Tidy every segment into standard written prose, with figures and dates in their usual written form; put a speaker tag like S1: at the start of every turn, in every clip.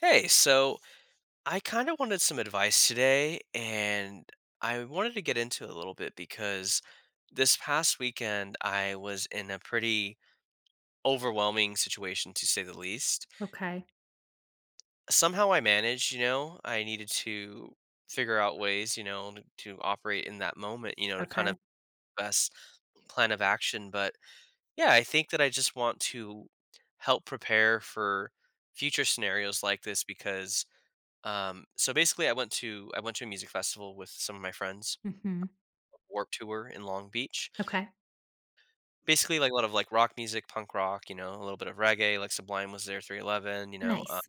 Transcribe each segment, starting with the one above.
S1: Hey, so I kind of wanted some advice today, and I wanted to get into it a little bit because this past weekend I was in a pretty overwhelming situation, to say the least.
S2: Okay,
S1: Somehow I managed. I needed to figure out ways, to operate in that moment, to kind
S2: okay.
S1: of best plan of action. But yeah, I think that I just want to help prepare for future scenarios like this because So basically, I went to a music festival with some of my friends,
S2: Mhm.
S1: Warp Tour in Long Beach.
S2: Okay.
S1: Basically, like a lot of like rock music, punk rock, you know, a little bit of reggae. Like Sublime was there, 311,
S2: Nice.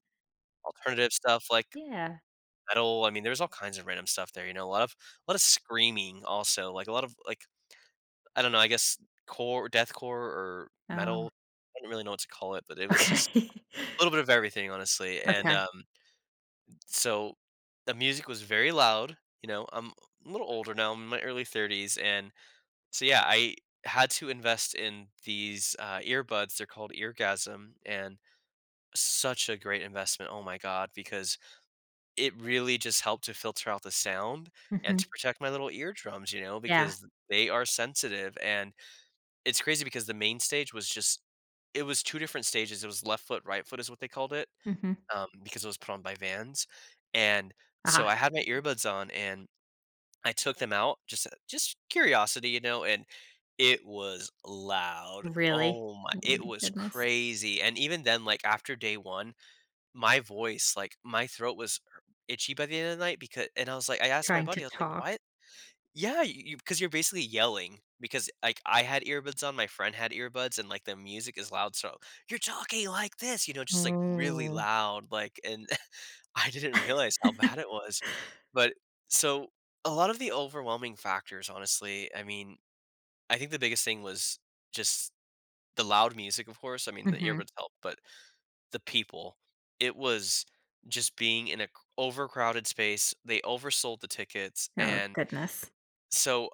S1: alternative stuff like
S2: Yeah.
S1: metal. I mean, there's all kinds of random stuff there. You know, a lot of screaming also. Like a lot of like, I don't know, I guess core, deathcore, or
S2: Oh,
S1: metal. I don't really know what to call it, but it was just
S2: okay.
S1: a little bit of everything, honestly. And
S2: Okay.
S1: uh, so the music was very loud. You know, I'm a little older now. I'm in my early 30s, and so yeah, I had to invest in these earbuds. They're called Eargasm, and such a great investment. Oh my god, because it really just helped to filter out the sound and
S2: Mhm.
S1: to protect my little eardrums. You know,
S2: Yeah.
S1: because they are sensitive, and it's crazy because the main stage was just, it was two different stages. It was left foot, right foot is what they called it,
S2: Mhm.
S1: because it was put on by Vans, and so
S2: Ah,
S1: I had my earbuds on and I took them out, just curiosity, you know, and it was loud.
S2: really?
S1: Oh my,
S2: Oh
S1: it
S2: my
S1: was
S2: goodness.
S1: crazy. And even then, like after day one, my voice, like my throat was itchy by the end of the night because, and I was like, I asked my
S2: Trying to
S1: buddy, I was like,
S2: talk.
S1: why? Yeah, you, because you're basically yelling, because like I had earbuds on, my friend had earbuds, and like the music is loud, so you're talking like this, just like really
S2: Oh.
S1: loud, like, and I didn't realize how bad it was. But so a lot of the overwhelming factors, honestly. I mean, I think the biggest thing was just the loud music, of course. I mean, the
S2: Mhm.
S1: earbuds help, but the people. It was just being in a c- overcrowded space. They oversold the tickets,
S2: Oh
S1: and
S2: goodness.
S1: so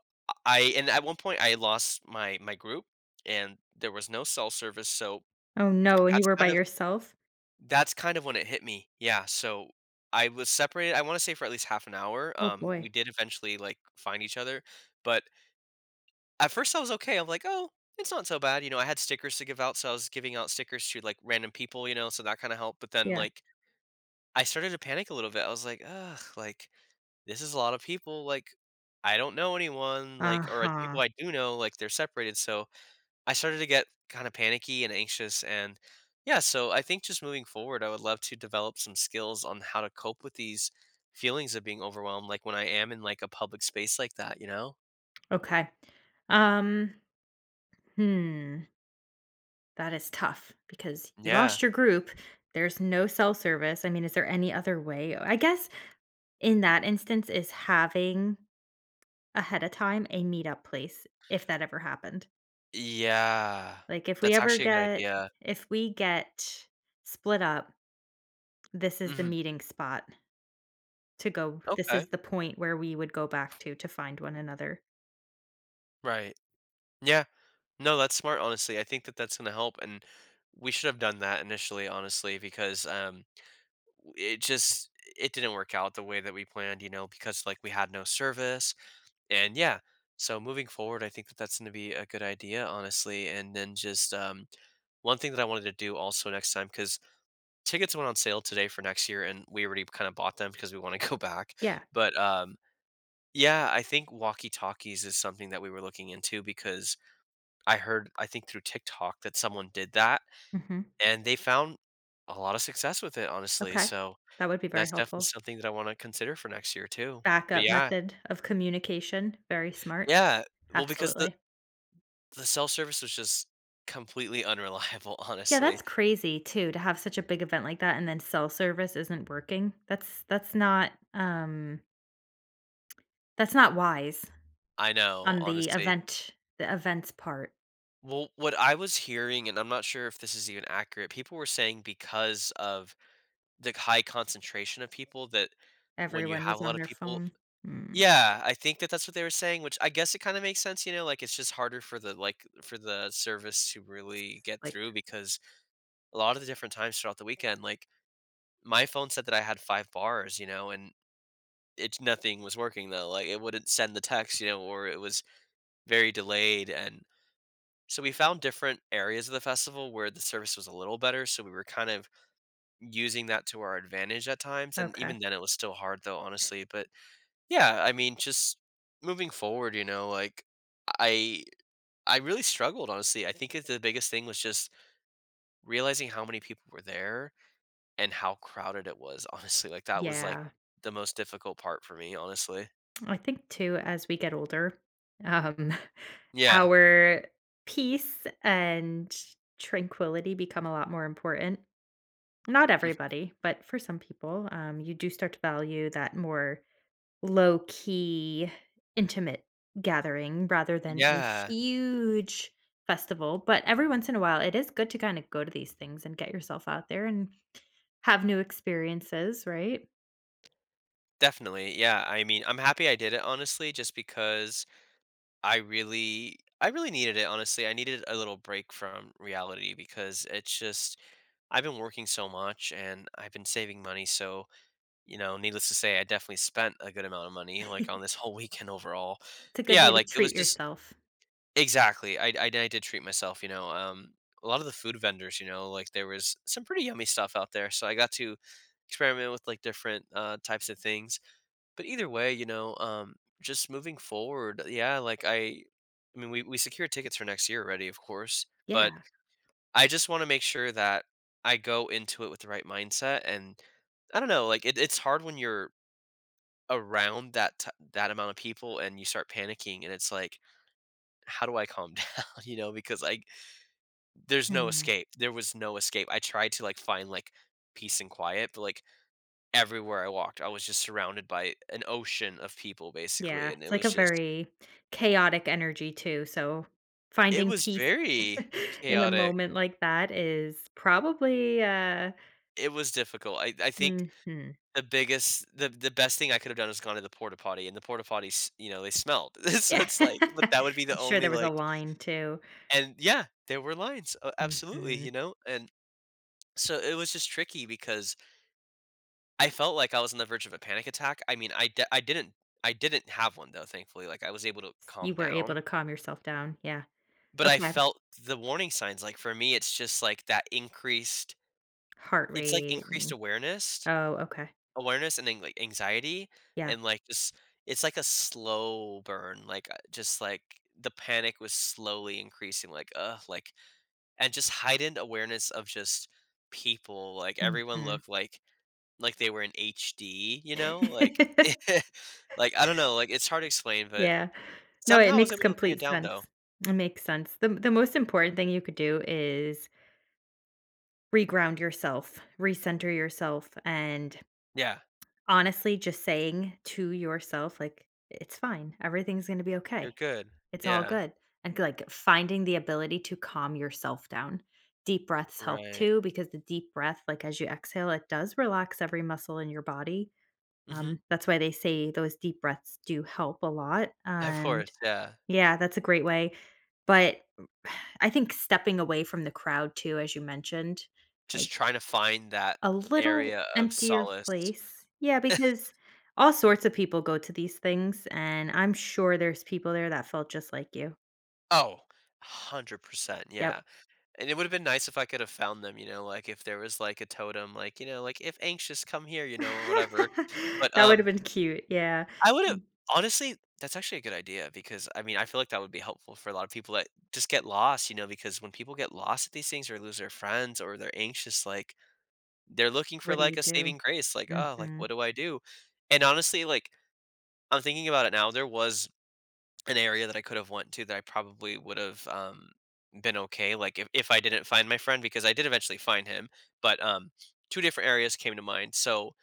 S1: I and at one point I lost my group, and there was no cell service. So
S2: Oh no, and you
S1: that's
S2: were by
S1: kind of
S2: yourself?
S1: that's kind of when it hit me. Yeah, so I was separated, I wanna say, for at least half an hour.
S2: Oh
S1: We
S2: boy.
S1: did eventually, like, find each other, but at first I was okay. I'm like, "Oh, it's not so bad," I had stickers to give out, so I was giving out stickers to, like, random people, so that kinda helped. But then,
S2: Yeah.
S1: like, I started to panic a little bit. I was like, "Ugh, like, this is a lot of people, like, I don't know anyone, like, or the people
S2: Uh-huh.
S1: I do know, like, they're separated." So I started to get kind of panicky and anxious, and yeah, so I think just moving forward, I would love to develop some skills on how to cope with these feelings of being overwhelmed, like when I am in like a public space like that, you know?
S2: Okay. Um, hmm, that is tough because you
S1: Yeah.
S2: lost your group. There's no cell service. I mean, is there any other way? I guess in that instance is having, ahead of time, a meetup place, if that ever happened.
S1: Yeah.
S2: Like, if we
S1: That's
S2: ever
S1: actually a good
S2: get
S1: idea.
S2: if we get split up, this is the
S1: Mhm.
S2: meeting spot to go, this
S1: Okay.
S2: is the point where we would go back to find one another.
S1: Right. Yeah. No, that's smart, honestly. I think that that's going to help, and we should have done that initially, honestly, because it just, it didn't work out the way that we planned, you know, because like we had no service. And yeah, so moving forward, I think that that's going to be a good idea, honestly. And then just, one thing that I wanted to do also next time, because tickets went on sale today for next year, and we already kind of bought them because we want to go back.
S2: Yeah.
S1: But yeah, I think walkie talkies is something that we were looking into, because I heard, I think through TikTok, that someone did that
S2: Mhm.
S1: and they found a lot of success with it, honestly.
S2: Okay.
S1: So
S2: That would be very
S1: that's definitely
S2: helpful.
S1: something that I want to consider for next year, too. But
S2: Backup
S1: yeah,
S2: method of communication, very smart.
S1: yeah. Well, because the
S2: Absolutely.
S1: The cell service was just completely unreliable,
S2: Yeah,
S1: honestly.
S2: that's crazy too, to have such a big event like that and then cell service isn't working. That's not, that's not wise
S1: I know,
S2: on the
S1: honestly.
S2: event, the event's part.
S1: Well, what I was hearing, and I'm not sure if this is even accurate, people were saying because of the high concentration of people, that when you
S2: Everyone
S1: have
S2: was
S1: a lot
S2: on
S1: of
S2: their
S1: people.
S2: phone. Mm,
S1: Yeah, I think that that's what they were saying, which I guess it kind of makes sense, you know, like it's just harder for the service to really get
S2: like,
S1: through, because a lot of the different times throughout the weekend, like, my phone said that I had 5 bars, you know, and It nothing was working though. Like, it wouldn't send the text, you know, or it was very delayed. And so we found different areas of the festival where the service was a little better. So we were kind of using that to our advantage at times. And
S2: okay.
S1: even then, it was still hard though, honestly. But yeah, I mean, just moving forward, you know, like I I really struggled, honestly. I think that the biggest thing was just realizing how many people were there and how crowded it was. Honestly, like, that was like
S2: Yeah.
S1: the most difficult part for me. Honestly,
S2: I think too, as we get older, um,
S1: yeah.
S2: our peace and tranquility become a lot more important. Not
S1: Mm,
S2: everybody, but for some people, you do start to value that more, low key, intimate gathering rather than a
S1: yeah.
S2: huge festival. But every once in a while, it is good to kind of go to these things and get yourself out there and have new experiences, right?
S1: Definitely. Yeah. I mean, I'm happy I did it, honestly, just because I really needed it, honestly. I needed a little break from reality, because it's just, I've been working so much and I've been saving money, so, you know, needless to say, I definitely spent a good amount of money like on this
S2: It's
S1: whole weekend overall.
S2: a
S1: But
S2: good
S1: yeah,
S2: way to
S1: like it was
S2: treat
S1: just,
S2: yourself.
S1: exactly. I did treat myself, you know. A lot of the food vendors, you know, like there was some pretty yummy stuff out there. So I got to experiment with like different types of things. But either way, you know, just moving forward, yeah, like I mean, we secured tickets for next year already, of course, but
S2: Yeah.
S1: I just want to make sure that I go into it with the right mindset. And I don't know, like it's hard when you're around that amount of people and you start panicking, and it's like, how do I calm down? You know, because I there's no
S2: Mhm.
S1: escape. There was no escape. I tried to, like, find like peace and quiet, but like everywhere I walked, I was just surrounded by an ocean of people, basically.
S2: Yeah.
S1: And it
S2: It's like
S1: was
S2: a
S1: just
S2: very chaotic energy, too. So
S1: It
S2: finding
S1: was
S2: peace
S1: very
S2: in a
S1: chaotic.
S2: moment like that is probably,
S1: It was difficult. I think
S2: mhm.
S1: the biggest the best thing I could have done is gone to the porta potty, and the porta potties, you know, they smelled. So
S2: Yeah.
S1: it's like, but that would be the
S2: I'm sure
S1: only,
S2: there was a
S1: like,
S2: line, too.
S1: and yeah, there were lines. Absolutely, you
S2: Mhm.
S1: know? And so it was just tricky, because I felt like I was on the verge of a panic attack. I mean, I didn't have one though, thankfully. Like, I was able to
S2: You
S1: calm
S2: were able
S1: down,
S2: to calm yourself down, yeah.
S1: but I
S2: Okay.
S1: felt the warning signs. Like, for me, it's just like that increased
S2: Heart
S1: it's like
S2: rate
S1: increased
S2: and
S1: awareness
S2: oh, okay.
S1: Awareness and then, like, anxiety,
S2: Yeah.
S1: and, like, just, it's like a slow burn, like, just, like, the panic was slowly increasing, like, like, and just heightened awareness of just people, like, everyone
S2: Mhm.
S1: looked like they were in HD, you know? Like, like, I don't know, like, it's hard to explain, but
S2: Yeah. No,
S1: somehow
S2: it
S1: I was
S2: makes
S1: able to bring it
S2: complete
S1: down
S2: sense.
S1: though.
S2: It makes sense. The most important thing you could do is reground yourself, recenter yourself, and
S1: Yeah,
S2: honestly, just saying to yourself, like, "It's fine. Everything's gonna be
S1: you're
S2: okay."
S1: good.
S2: It's all
S1: Yeah,
S2: good, and, like, finding the ability to calm yourself down. Deep breaths help
S1: right.
S2: too, because the deep breath, like, as you exhale, it does relax every muscle in your body.
S1: Mhm.
S2: That's why they say those deep breaths do help a lot,
S1: Of
S2: and
S1: course, yeah.
S2: yeah, that's a great way, but I think stepping away from the crowd too, as you mentioned, like,
S1: Just trying to find that
S2: a little
S1: area of
S2: emptier
S1: solace.
S2: place. Yeah, because all sorts of people go to these things, and I'm sure there's people there that felt just like you.
S1: Oh, 100%, yeah,
S2: Yep.
S1: and it would've been nice if I could've found them, you know, like, if there was, like, a totem, like, you know, like, "If anxious, come here," you know, or whatever. But,
S2: That would have been cute, yeah.
S1: I would've, honestly, that's actually a good idea, because, I mean, I feel like that would be helpful for a lot of people that just get lost, you know, because when people get lost at these things, or lose their friends, or they're anxious, like, they're looking for,
S2: What do
S1: like,
S2: you
S1: a saving
S2: do?
S1: grace, like, "Oh, like, what
S2: Mhm.
S1: do I do?" And honestly, like, I'm thinking about it now, there was an area that I could have went to that I probably would have, been okay. Like, if I didn't find my friend, because I did eventually find him, but two different areas came to mind. So,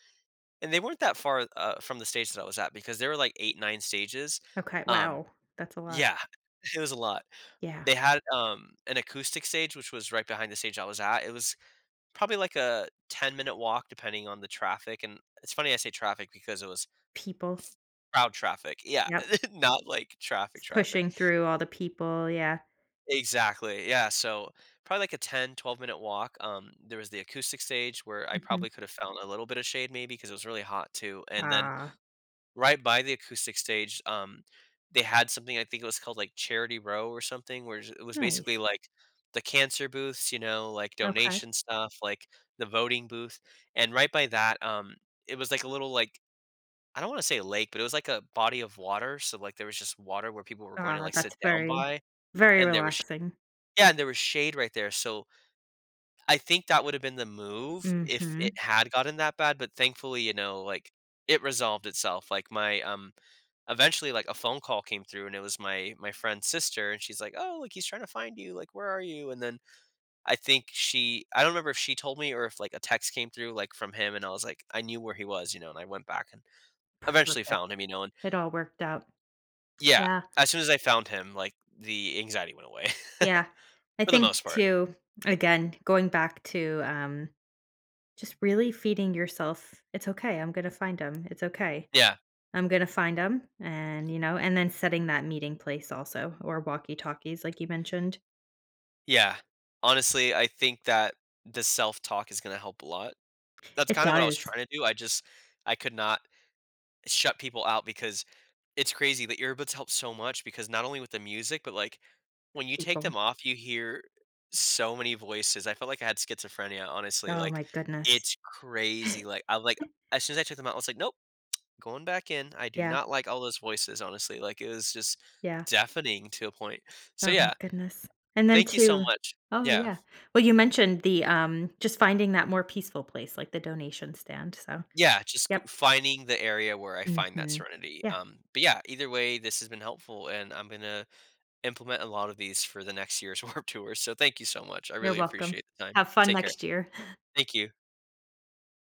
S1: and they weren't that far, from the stage that I was at, because there were like eight, nine stages.
S2: Okay,
S1: Um,
S2: wow, that's a lot.
S1: yeah, it was a lot.
S2: Yeah,
S1: They had, an acoustic stage, which was right behind the stage I was at. It was probably like a 10-minute walk, depending on the traffic. And it's funny I say traffic, because it was
S2: people.
S1: crowd traffic. Yeah,
S2: Yep,
S1: not like traffic,
S2: s
S1: traffic,
S2: pushing through all the people, yeah.
S1: exactly. Yeah. So probably like a 10, 12 minute walk. There was the acoustic stage where I
S2: Mhm.
S1: probably could have found a little bit of shade, maybe, because it was really hot too. And then
S2: Aw,
S1: right by the acoustic stage, they had something, I think it was called like Charity Row or something, where it was basically
S2: nice.
S1: like the cancer booths, you know, like
S2: Okay.
S1: donation stuff, like the voting booth. And right by that, it was like a little, like, I don't want to say lake, but it was like a body of water. So like there was just water where people were going to,
S2: Ah,
S1: like,
S2: that's
S1: sit down
S2: very,
S1: by.
S2: very
S1: And there was,
S2: relaxing.
S1: yeah, and there was shade right there, so I think that would have been the move if it
S2: Mhm,
S1: had gotten that bad. But thankfully, you know, like, it resolved itself. Like, my, eventually, like, a phone call came through, and it was my friend's sister, and she's like, "Oh, like, he's trying to find you, like, where are you?" And then, I don't remember if she told me, or if, like, a text came through, like, from him, and I was like, I knew where he was, you know, and I went back and eventually
S2: perfect.
S1: found him, you know. And
S2: It all worked out.
S1: yeah,
S2: Yeah,
S1: as soon as I found him, like, the anxiety went away
S2: yeah. I
S1: for the
S2: think
S1: most part.
S2: too, again, going back to, just really feeding yourself, "It's okay, I'm gonna find them. It's okay."
S1: Yeah.
S2: I'm gonna find them, and, you know, and then setting that meeting place also, or walkie-talkies like you mentioned.
S1: Yeah. Honestly, I think that the self-talk is gonna help a lot. That's
S2: It
S1: kinda what I was
S2: does.
S1: trying to do. I could not shut people out, because it's crazy, the earbuds help so much, because not only with the music, but, like,
S2: The
S1: when you take
S2: people.
S1: them off, you hear so many voices, I felt like I had schizophrenia, honestly.
S2: Oh
S1: Like,
S2: my goodness.
S1: it's crazy, like, I like as soon as I took them out, I was like, "Nope, going back in." I do
S2: Yeah,
S1: not like all those voices, honestly. Like, it was just
S2: yeah.
S1: deafening to a point. So,
S2: Oh my
S1: yeah,
S2: goodness. And then
S1: thank you so
S2: too
S1: much.
S2: oh,
S1: Yeah.
S2: yeah. Well, you mentioned the, just finding that more peaceful place, like the donation stand, so
S1: Yeah, just g
S2: yep.
S1: finding the area where I find that
S2: Mhm.
S1: serenity.
S2: Yeah,
S1: But yeah, either way, this has been helpful, and I'm gonna implement a lot of these for the next year's Warp Tour, so thank you so much, I
S2: you're
S1: really
S2: welcome.
S1: appreciate the time.
S2: Have fun
S1: Take care.
S2: next year.
S1: Thank you.